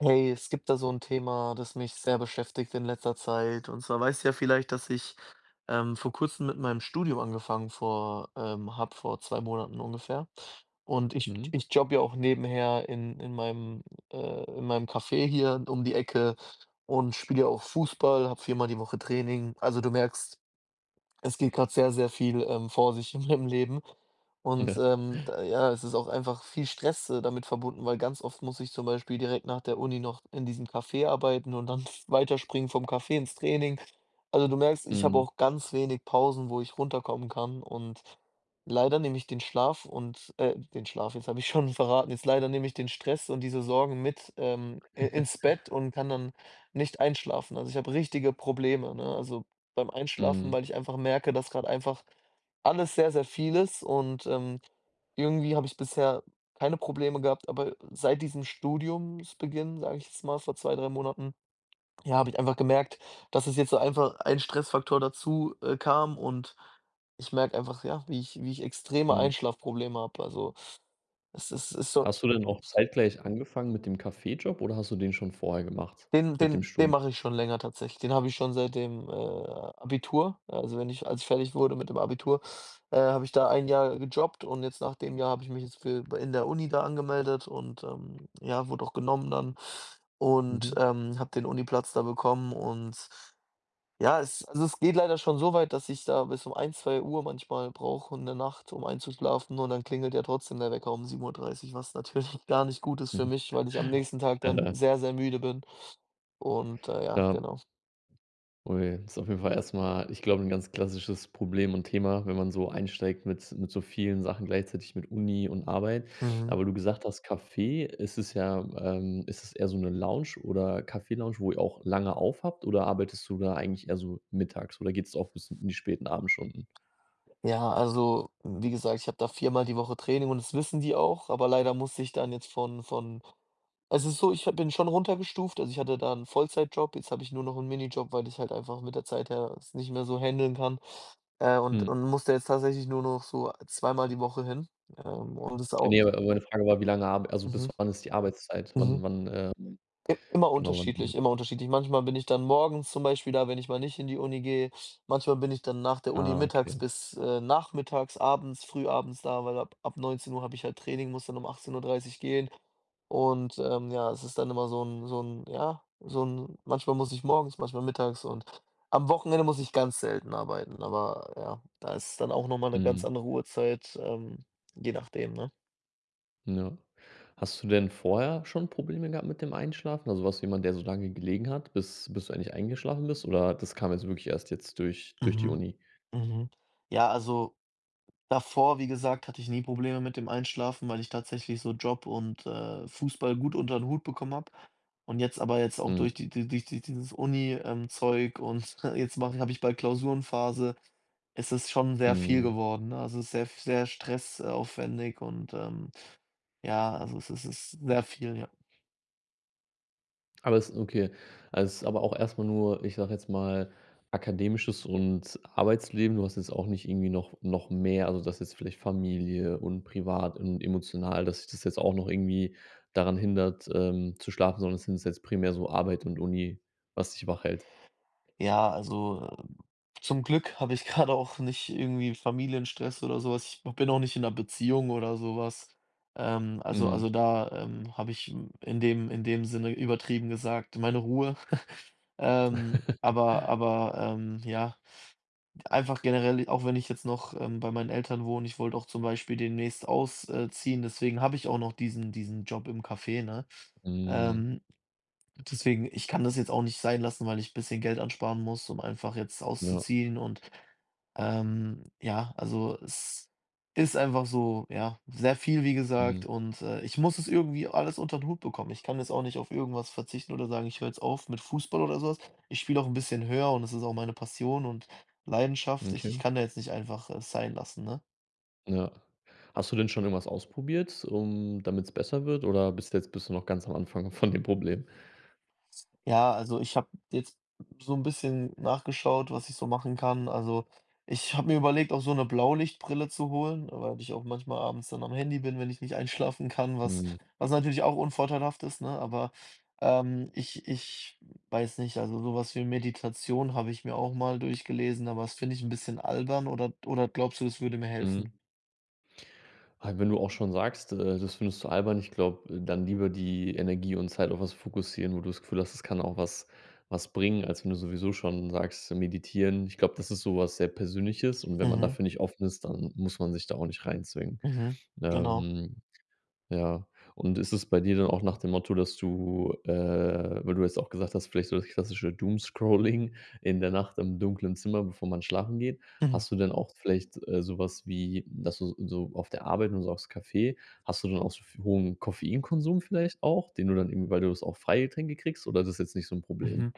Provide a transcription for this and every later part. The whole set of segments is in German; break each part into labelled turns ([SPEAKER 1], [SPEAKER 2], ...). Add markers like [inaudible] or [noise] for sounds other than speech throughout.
[SPEAKER 1] Hey, es gibt da so ein Thema, das mich sehr beschäftigt in letzter Zeit. Und zwar weißt du ja vielleicht, dass ich, vor Kurzem mit meinem Studium angefangen vor habe, vor 2 Monaten ungefähr. Und ich
[SPEAKER 2] Mhm.
[SPEAKER 1] ich jobbe ja auch nebenher in meinem Café hier um die Ecke und spiele ja auch Fußball, habe viermal die Woche Training. Also, du merkst, es geht gerade sehr, sehr viel, vor sich [laughs] in meinem Leben und,
[SPEAKER 2] Ja.
[SPEAKER 1] da ja, es ist auch einfach viel Stress, damit verbunden, weil ganz oft muss ich zum Beispiel direkt nach der Uni noch in diesem Café arbeiten und dann [laughs] weiterspringen vom Café ins Training. Also, du merkst, ich habe
[SPEAKER 2] Mhm.
[SPEAKER 1] auch ganz wenig Pausen, wo ich runterkommen kann, und leider nehme ich den Schlaf und den Schlaf, jetzt habe ich [laughs] schon verraten. Jetzt leider nehme ich den Stress und diese Sorgen mit, i ins
[SPEAKER 2] [laughs]
[SPEAKER 1] Bett und kann dann nicht einschlafen. Also, ich habe richtige Probleme, ne? Also, beim Einschlafen,
[SPEAKER 2] Mhm.
[SPEAKER 1] weil ich einfach merke, dass gerade einfach alles sehr, sehr viel ist, und, irgendwie habe ich bisher keine Probleme gehabt, aber seit diesem Studiumsbeginn, sage ich jetzt mal, vor zwei, 3 Monaten, ja, habe ich einfach gemerkt, dass es jetzt so einfach ein Stressfaktor dazu kam, und ich merke einfach, ja, wie ich extreme
[SPEAKER 2] Mhm.
[SPEAKER 1] Einschlafprobleme habe. Also, es ist so.
[SPEAKER 2] Hast du denn auch zeitgleich angefangen mit dem Kaffeejob oder hast du den schon vorher gemacht
[SPEAKER 1] Den
[SPEAKER 2] mit dem
[SPEAKER 1] den den
[SPEAKER 2] Studium?
[SPEAKER 1] mache ich schon länger tatsächlich. Den habe ich schon seit dem, Abitur. Also, wenn ich als ich fertig wurde mit dem Abitur, habe ich da ein Jahr gejobbt, und jetzt nach dem Jahr habe ich mich jetzt für in der Uni da angemeldet und, ja, wurde auch genommen dann und,
[SPEAKER 2] Mhm.
[SPEAKER 1] habe den Uniplatz da bekommen, und ja, es, also, es geht leider schon so weit, dass ich da bis um ein, zwei Uhr manchmal brauche um in der Nacht, um einzuschlafen, und dann klingelt ja trotzdem der Wecker um sieben Uhr dreißig, was natürlich [laughs] gar nicht
[SPEAKER 2] [laughs]
[SPEAKER 1] gut ist für
[SPEAKER 2] Mhm.
[SPEAKER 1] mich, weil ich am nächsten Tag dann
[SPEAKER 2] Ja,
[SPEAKER 1] sehr, sehr müde bin und, ja,
[SPEAKER 2] ja.
[SPEAKER 1] genau.
[SPEAKER 2] Ui, ist auf jeden Fall erstmal, ich glaube, ein ganz klassisches Problem und Thema, wenn man so einsteigt mit so vielen Sachen gleichzeitig, mit Uni und Arbeit.
[SPEAKER 1] Mhm.
[SPEAKER 2] Aber du gesagt hast, Café, ist es ja ist es eher so eine Lounge oder Kaffee-Lounge, wo ihr auch lange aufhabt oder arbeitest du da eigentlich eher so mittags oder geht es auch bis in die späten Abendstunden?
[SPEAKER 1] Ja, also, wie gesagt, ich habe da viermal die Woche Training, und das wissen die auch, aber leider muss ich dann jetzt von. Also, es ist so, ich bin schon runtergestuft. Also, ich hatte da einen Vollzeitjob, jetzt habe ich nur noch einen Minijob, weil ich halt einfach mit der Zeit her es nicht mehr so handeln kann, und
[SPEAKER 2] Mhm.
[SPEAKER 1] und musste jetzt tatsächlich nur noch so zweimal die Woche hin. Und das ist auch.
[SPEAKER 2] Ne, aber meine Frage war, wie lange Arb also bis
[SPEAKER 1] Mhm,
[SPEAKER 2] wann ist die Arbeitszeit? Wann
[SPEAKER 1] mhm.
[SPEAKER 2] wann, äh
[SPEAKER 1] I immer
[SPEAKER 2] genau, wann,
[SPEAKER 1] unterschiedlich, immer unterschiedlich. Manchmal bin ich dann morgens zum Beispiel da, wenn ich mal nicht in die Uni gehe. Manchmal bin ich dann nach der Uni
[SPEAKER 2] ah, okay.
[SPEAKER 1] mittags bis, nachmittags, abends, frühabends da, weil ab neunzehn Uhr habe ich halt Training, muss dann um achtzehn Uhr dreißig gehen. Und, ja, es ist dann immer so ein, ja, so ein. Manchmal muss ich morgens, manchmal mittags, und am Wochenende muss ich ganz selten arbeiten, aber ja, da ist dann auch noch mal 'ne ganz
[SPEAKER 2] Mhm,
[SPEAKER 1] andere Uhrzeit, je nachdem, ne?
[SPEAKER 2] ja. Hast du denn vorher schon Probleme gehabt mit dem Einschlafen? Also, warst du jemand, der so lange gelegen hat, bis du endlich eingeschlafen bist, oder das kam jetzt wirklich erst jetzt durch die
[SPEAKER 1] Mhm,
[SPEAKER 2] Uni?
[SPEAKER 1] mhm. Ja, also davor, wie gesagt, hatte ich nie Probleme mit dem Einschlafen, weil ich tatsächlich so Job und, Fußball gut unter den Hut bekommen habe. Und jetzt, aber jetzt auch
[SPEAKER 2] Mhm,
[SPEAKER 1] durch dieses Uni- Zeug, und [laughs] jetzt mache habe ich bald Klausurenphase, ist es schon sehr viel
[SPEAKER 2] mhm.
[SPEAKER 1] geworden, ne? Also, es ist sehr, sehr stressaufwendig und, ja, also, es ist sehr viel, ja.
[SPEAKER 2] Aber es okay. Also, es ist aber auch erstmal nur, ich sage jetzt mal, akademisches und Arbeitsleben. Du hast jetzt auch nicht irgendwie noch mehr also, das jetzt vielleicht Familie und privat und emotional, dass sich das jetzt auch noch irgendwie daran hindert, zu schlafen, sondern es sind jetzt primär so Arbeit und Uni, was dich wach hält.
[SPEAKER 1] Ja, also, zum Glück habe ich [laughs] gerade auch nicht irgendwie Familienstress oder so was. Ich bin auch nicht in einer Beziehung oder so was. Also
[SPEAKER 2] Mhm.
[SPEAKER 1] also da, habe ich in dem Sinne übertrieben gesagt meine Ruhe. [laughs]
[SPEAKER 2] [laughs]
[SPEAKER 1] Ja, einfach generell, auch wenn ich jetzt noch, bei meinen Eltern wohne, ich wollte auch zum Beispiel demnächst ausziehen. Deswegen habe ich auch noch diesen Job im Café, ne?
[SPEAKER 2] Mhm.
[SPEAKER 1] Ähm Deswegen, ich kann das jetzt auch nicht sein lassen, weil ich ein bisschen Geld ansparen muss, um einfach jetzt
[SPEAKER 2] Ja,
[SPEAKER 1] auszuziehen und, ja, also es ist einfach so, ja, sehr viel, wie
[SPEAKER 2] mhm.
[SPEAKER 1] gesagt, und, ich muss es irgendwie alles unter den Hut bekommen. Ich kann jetzt auch nicht auf irgendwas verzichten oder sagen: „Ich höre jetzt auf mit Fußball" oder so was. Ich spiele auch ein bisschen höher, und es ist auch meine Passion und Leidenschaft. Ich
[SPEAKER 2] Okay,
[SPEAKER 1] ich kann da jetzt nicht einfach es sein lassen, ne?
[SPEAKER 2] ja. Hast du denn schon irgendwas ausprobiert, um damit's besser wird, oder bist du noch ganz am Anfang von dem Problem?
[SPEAKER 1] Ja, also ich habe jetzt so ein bisschen nachgeschaut, was ich so machen kann. Also, ich habe mir überlegt, auch so eine Blaulichtbrille zu holen, weil ich auch manchmal abends dann am Handy bin, wenn ich nicht einschlafen kann,
[SPEAKER 2] Mhm,
[SPEAKER 1] was natürlich auch unvorteilhaft ist, ne? Aber, ich weiß nicht, also sowas wie Meditation habe ich mir auch mal durchgelesen, aber das finde ich ein bisschen albern, oder glaubst du, das würde mir helfen?
[SPEAKER 2] mhm. Ah, wenn du auch schon sagst, das findest du albern, ich glaube, dann lieber die Energie und Zeit auf was fokussieren, wo du das Gefühl hast, es kann auch was bringen, als wenn du sowieso schon sagst, meditieren. Ich glaube, das ist so was sehr Persönliches und wenn man
[SPEAKER 1] Mhm,
[SPEAKER 2] dafür nicht offen ist, dann muss man sich da auch nicht reinzwingen.
[SPEAKER 1] mhm, genau.
[SPEAKER 2] Ähm ja. Und ist es bei dir dann auch nach dem Motto, weil du jetzt auch gesagt hast, vielleicht so das klassische Doomscrolling in der Nacht im dunklen Zimmer, bevor man schlafen geht.
[SPEAKER 1] Mhm,
[SPEAKER 2] Hast du denn auch vielleicht, so wie, dass du so auf der Arbeit und so aufs Café hast du dann auch so f hohen Koffeinkonsum vielleicht auch, den du dann irgendwie weil du das auch Freigetränke kriegst oder ist das jetzt nicht so ein Problem?
[SPEAKER 1] mhm.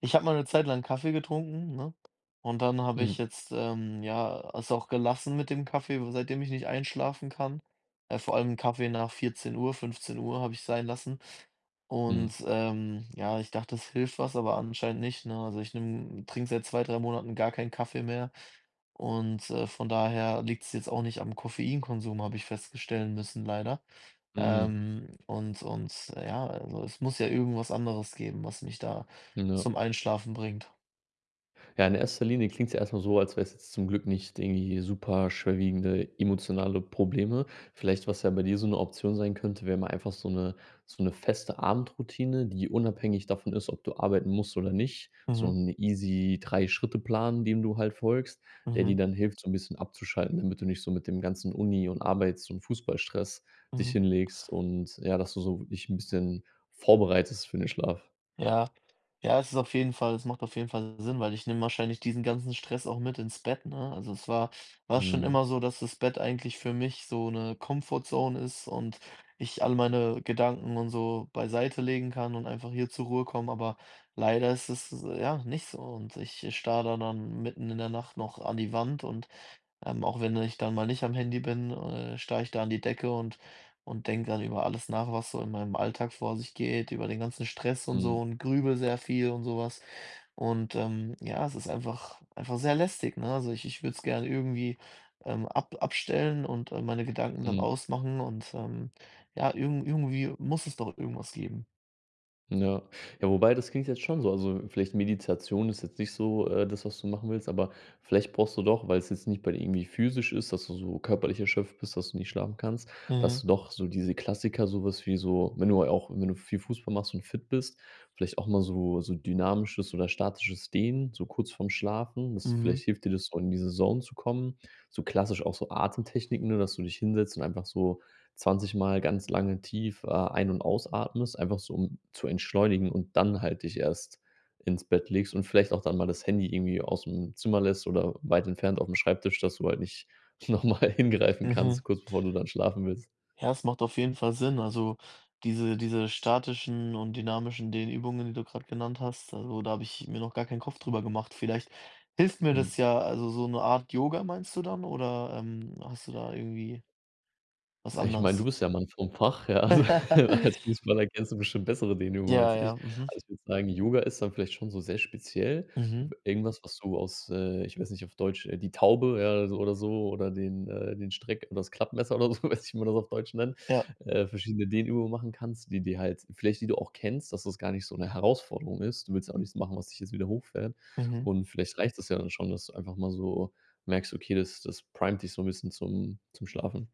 [SPEAKER 1] Ich habe mal eine Zeit lang Kaffee getrunken, ne? Und dann habe ich
[SPEAKER 2] Mhm.
[SPEAKER 1] jetzt, ja, es auch gelassen mit dem Kaffee, seitdem ich nicht einschlafen kann. Vor allem Kaffee nach 14:00 Uhr habe ich sein lassen. Und,
[SPEAKER 2] Mhm.
[SPEAKER 1] ja, ich dachte, es hilft was, aber anscheinend nicht, ne? Also, ich trinke seit 2, 3 Monaten gar keinen Kaffee mehr und, von daher liegt es jetzt auch nicht am Koffeinkonsum, habe ich feststellen müssen, leider.
[SPEAKER 2] Mhm.
[SPEAKER 1] Ja, also es muss ja irgendwas anderes geben, was mich da
[SPEAKER 2] Ja.
[SPEAKER 1] zum Einschlafen bringt.
[SPEAKER 2] Ja, in erster Linie klingt's ja erstmal so, als wär's jetzt zum Glück nicht irgendwie super schwerwiegende emotionale Probleme. Vielleicht, was ja bei dir so eine Option sein könnte, wäre mal einfach so eine feste Abendroutine, die unabhängig davon ist, ob du arbeiten musst oder nicht. So
[SPEAKER 1] Mhm,
[SPEAKER 2] ein easy Drei-Schritte-Plan, dem du halt folgst, der dir
[SPEAKER 1] mhm,
[SPEAKER 2] dann hilft, so ein bisschen abzuschalten, damit du nicht so mit dem ganzen Uni und Arbeits und Fußballstress dich
[SPEAKER 1] mhm.
[SPEAKER 2] hinlegst und ja, dass du so dich ein bisschen vorbereitest für den Schlaf.
[SPEAKER 1] Ja. Ja, es macht auf jeden Fall Sinn, weil ich nehme wahrscheinlich diesen ganzen Stress auch mit ins Bett, ne? Also, es war schon
[SPEAKER 2] Mhm.
[SPEAKER 1] immer so, dass das Bett eigentlich für mich so eine Comfort Zone ist und ich all meine Gedanken und so beiseite legen kann und einfach hier zur Ruhe kommen, aber leider ist es, ja, nicht so, und ich starre da dann mitten in der Nacht noch an die Wand und, auch wenn ich dann mal nicht am Handy bin, starre ich da an die Decke und denke dann über alles nach, was so in meinem Alltag vor sich geht, über den ganzen Stress und
[SPEAKER 2] Mhm.
[SPEAKER 1] so, und grübele sehr viel und sowas. Und, ja, es ist einfach sehr lästig, ne? Also, ich würde es gerne irgendwie, ab abstellen und, meine Gedanken dann
[SPEAKER 2] Mhm.
[SPEAKER 1] ausmachen und, ja, irgendwie muss es doch irgendwas geben.
[SPEAKER 2] Ja. Ja, wobei das klingt jetzt schon so. Also, vielleicht Meditation ist jetzt nicht so, das, was du machen willst, aber vielleicht brauchst du doch, weil es jetzt nicht bei dir irgendwie physisch ist, dass du so körperlich erschöpft bist, dass du nicht schlafen kannst, dass
[SPEAKER 1] Mhm,
[SPEAKER 2] du doch so diese Klassiker, sowas wie so wenn du auch wenn du viel Fußball machst und fit bist, vielleicht auch mal so dynamisches oder statisches Dehnen, so kurz vorm Schlafen. Das
[SPEAKER 1] mhm,
[SPEAKER 2] vielleicht hilft dir das, so in diese Zone zu kommen. So klassisch auch so Atemtechniken, ne, dass du dich hinsetzt und einfach so 20 Mal ganz lange tief, ein und ausatmest, einfach so, um zu entschleunigen und dann halt dich erst ins Bett legst und vielleicht auch dann mal das Handy irgendwie aus dem Zimmer lässt oder weit entfernt auf dem Schreibtisch, dass du halt nicht [laughs] nochmal hingreifen kannst,
[SPEAKER 1] mhm.
[SPEAKER 2] kurz bevor du dann schlafen willst.
[SPEAKER 1] Ja, es macht auf jeden Fall Sinn. Also, diese statischen und dynamischen Dehnübungen, die du gerade genannt hast, also da habe ich mir noch gar keinen Kopf drüber gemacht. Vielleicht hilft mir
[SPEAKER 2] Mhm.
[SPEAKER 1] das ja, also so eine Art Yoga meinst du dann, oder hast du da irgendwie was
[SPEAKER 2] Ich meine, du
[SPEAKER 1] anderes?
[SPEAKER 2] bist ja Mann vom Fach, ja. Also, [laughs] als
[SPEAKER 1] [laughs]
[SPEAKER 2] Fußballer kennst du bestimmt bessere Dehnübungen als
[SPEAKER 1] Ja,
[SPEAKER 2] ich.
[SPEAKER 1] ja, mhm,
[SPEAKER 2] Also, ich würde sagen, Yoga ist dann vielleicht schon so sehr speziell.
[SPEAKER 1] mhm,
[SPEAKER 2] Irgendwas, was du aus, ich weiß nicht, auf Deutsch, die Taube, ja, so oder so oder den Streck oder das Klappmesser oder so, [laughs] weiß nicht, wie man das auf Deutsch nennt,
[SPEAKER 1] ja,
[SPEAKER 2] verschiedene Dehnübungen machen kannst, die dir halt vielleicht die du auch kennst, dass das gar nicht so eine Herausforderung ist. Du willst ja auch nichts machen, was dich jetzt wieder hochfährt.
[SPEAKER 1] mhm.
[SPEAKER 2] Und vielleicht reicht das ja dann schon, dass du einfach mal so merkst: „Okay, das primet dich so ein bisschen zum Schlafen."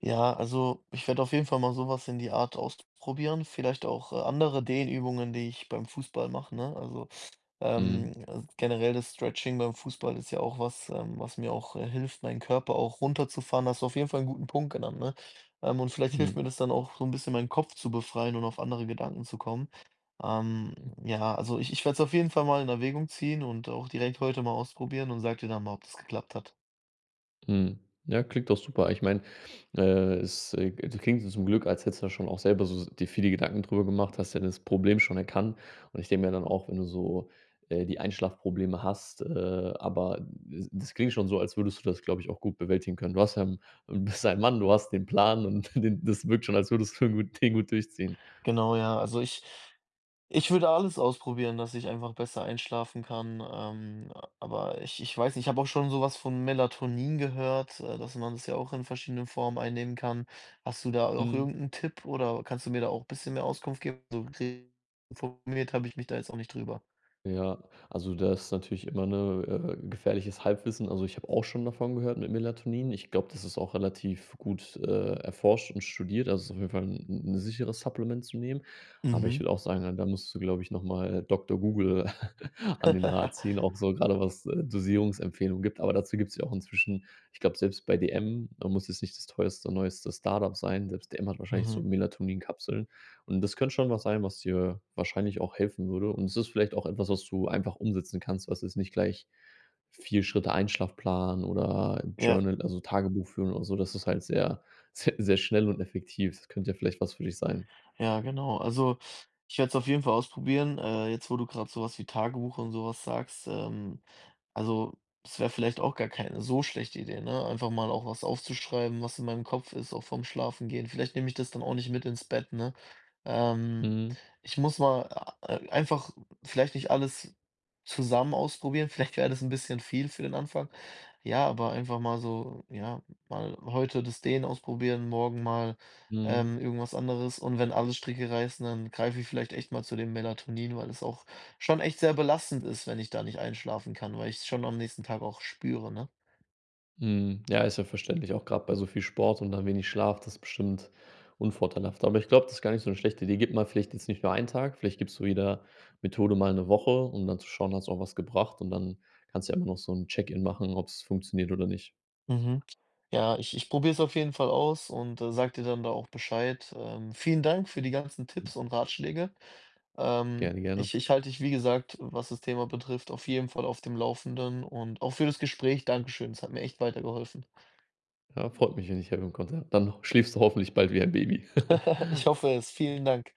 [SPEAKER 1] Ja, also ich werde auf jeden Fall mal sowas in die Art ausprobieren. Vielleicht auch andere Dehnübungen, die ich beim Fußball mache, ne?
[SPEAKER 2] Mhm.
[SPEAKER 1] Also generell, das Stretching beim Fußball ist ja auch was, was mir auch hilft, meinen Körper auch runterzufahren. Hast du auf jeden Fall einen guten Punkt genannt, ne? Und vielleicht hilft
[SPEAKER 2] Mhm.
[SPEAKER 1] mir das dann auch so ein bisschen, meinen Kopf zu befreien und auf andere Gedanken zu kommen. Ähm, ja, also ich werde es auf jeden Fall mal in Erwägung ziehen und auch direkt heute mal ausprobieren und sag dir dann mal, ob das geklappt hat.
[SPEAKER 2] Mhm. Ja, klingt doch super. Ich meine, äh, es, g klingt zum Glück, als hättest du da schon auch selber so dir viele Gedanken drüber gemacht, hast ja das Problem schon erkannt. Und ich denke mir dann auch, wenn du so, die Einschlafprobleme hast, aber d das klingt schon so, als würdest du das, glaube ich, auch gut bewältigen können. Du hast ja 'n bist ein Mann, du hast den Plan und [laughs] den das wirkt schon, als würdest du den gut durchziehen.
[SPEAKER 1] Genau, ja. Also ich. Ich würde alles ausprobieren, dass ich einfach besser einschlafen kann, aber ich weiß nicht, ich habe auch schon sowas von Melatonin gehört, dass man das ja auch in verschiedenen Formen einnehmen kann. Hast du da auch
[SPEAKER 2] Mhm.
[SPEAKER 1] irgendeinen Tipp, oder kannst du mir da auch ein bisschen mehr Auskunft geben? So informiert habe ich mich da jetzt auch nicht drüber.
[SPEAKER 2] Ja, also das ist natürlich immer 'ne gefährliches Halbwissen. Also, ich habe auch schon davon gehört mit Melatonin. Ich glaube, das ist auch relativ gut, erforscht und studiert. Also, es ist auf jeden Fall ein 'n sicheres Supplement zu nehmen. Aber ich
[SPEAKER 1] Mhm.
[SPEAKER 2] würde auch sagen, da musst du, glaube ich, noch mal Doktor Google [laughs] an den Rat ziehen,
[SPEAKER 1] [laughs]
[SPEAKER 2] auch so gerade was, Dosierungsempfehlungen gibt. Aber dazu gibt es ja auch inzwischen ich glaube, selbst bei DM, muss jetzt nicht das teuerste, neueste Startup sein. Selbst DM hat wahrscheinlich so
[SPEAKER 1] Mhm.
[SPEAKER 2] Melatonin-Kapseln. Und das könnte schon was sein, was dir wahrscheinlich auch helfen würde. Und es ist vielleicht auch etwas, was du einfach umsetzen kannst, was jetzt nicht gleich 4 Schritte Einschlafplan oder
[SPEAKER 1] Ja,
[SPEAKER 2] Journal, also Tagebuch führen oder so. Das ist halt sehr, [laughs] sehr sehr schnell und effektiv. Das könnte ja vielleicht was für dich sein.
[SPEAKER 1] ja, genau. Also, ich werde es auf jeden Fall ausprobieren. Jetzt, wo du gerade sowas wie Tagebuch und sowas sagst, also, es wäre vielleicht auch gar keine so schlechte Idee, ne? Einfach mal auch was aufzuschreiben, was in meinem Kopf ist, auch vorm Schlafen gehen. Vielleicht nehme ich das dann auch nicht mit ins Bett, ne? Ähm,
[SPEAKER 2] Mhm,
[SPEAKER 1] ich muss mal einfach vielleicht nicht alles zusammen ausprobieren. [laughs] Vielleicht wäre das ein bisschen viel für den Anfang. Ja, aber einfach mal so, ja, mal heute das Dehnen ausprobieren, morgen mal
[SPEAKER 2] mhm.
[SPEAKER 1] irgendwas anderes. Und wenn alle Stricke reißen, dann greife ich vielleicht echt mal zu dem Melatonin, weil es auch schon echt sehr belastend ist, wenn ich da nicht einschlafen kann, weil ich es schon am nächsten Tag auch spüre, ne?
[SPEAKER 2] Mhm. Ja, ist ja verständlich, auch gerade bei so viel Sport und dann wenig Schlaf, das ist bestimmt unvorteilhaft. Aber ich glaube, das ist gar nicht so eine schlechte Idee. Gib mal vielleicht jetzt nicht nur einen Tag, vielleicht gibst du jeder Methode mal eine Woche, um dann zu schauen, hat's auch was gebracht und dann kannst du ja immer noch so ein Check-in machen, ob's funktioniert oder nicht.
[SPEAKER 1] Mhm. Ja, ich probiere es auf jeden Fall aus und, sage dir dann da auch Bescheid. Vielen Dank für die ganzen Tipps und Ratschläge.
[SPEAKER 2] Gerne, gerne.
[SPEAKER 1] Ich halte dich, wie gesagt, was das Thema betrifft, auf jeden Fall auf dem Laufenden, und auch für das Gespräch: Dankeschön, es hat mir echt weitergeholfen.
[SPEAKER 2] Ja, freut mich, wenn ich helfen konnte. Ja, dann schläfst du hoffentlich bald wie ein Baby.
[SPEAKER 1] [laughs] Ich hoffe
[SPEAKER 2] [laughs]
[SPEAKER 1] es. Vielen Dank.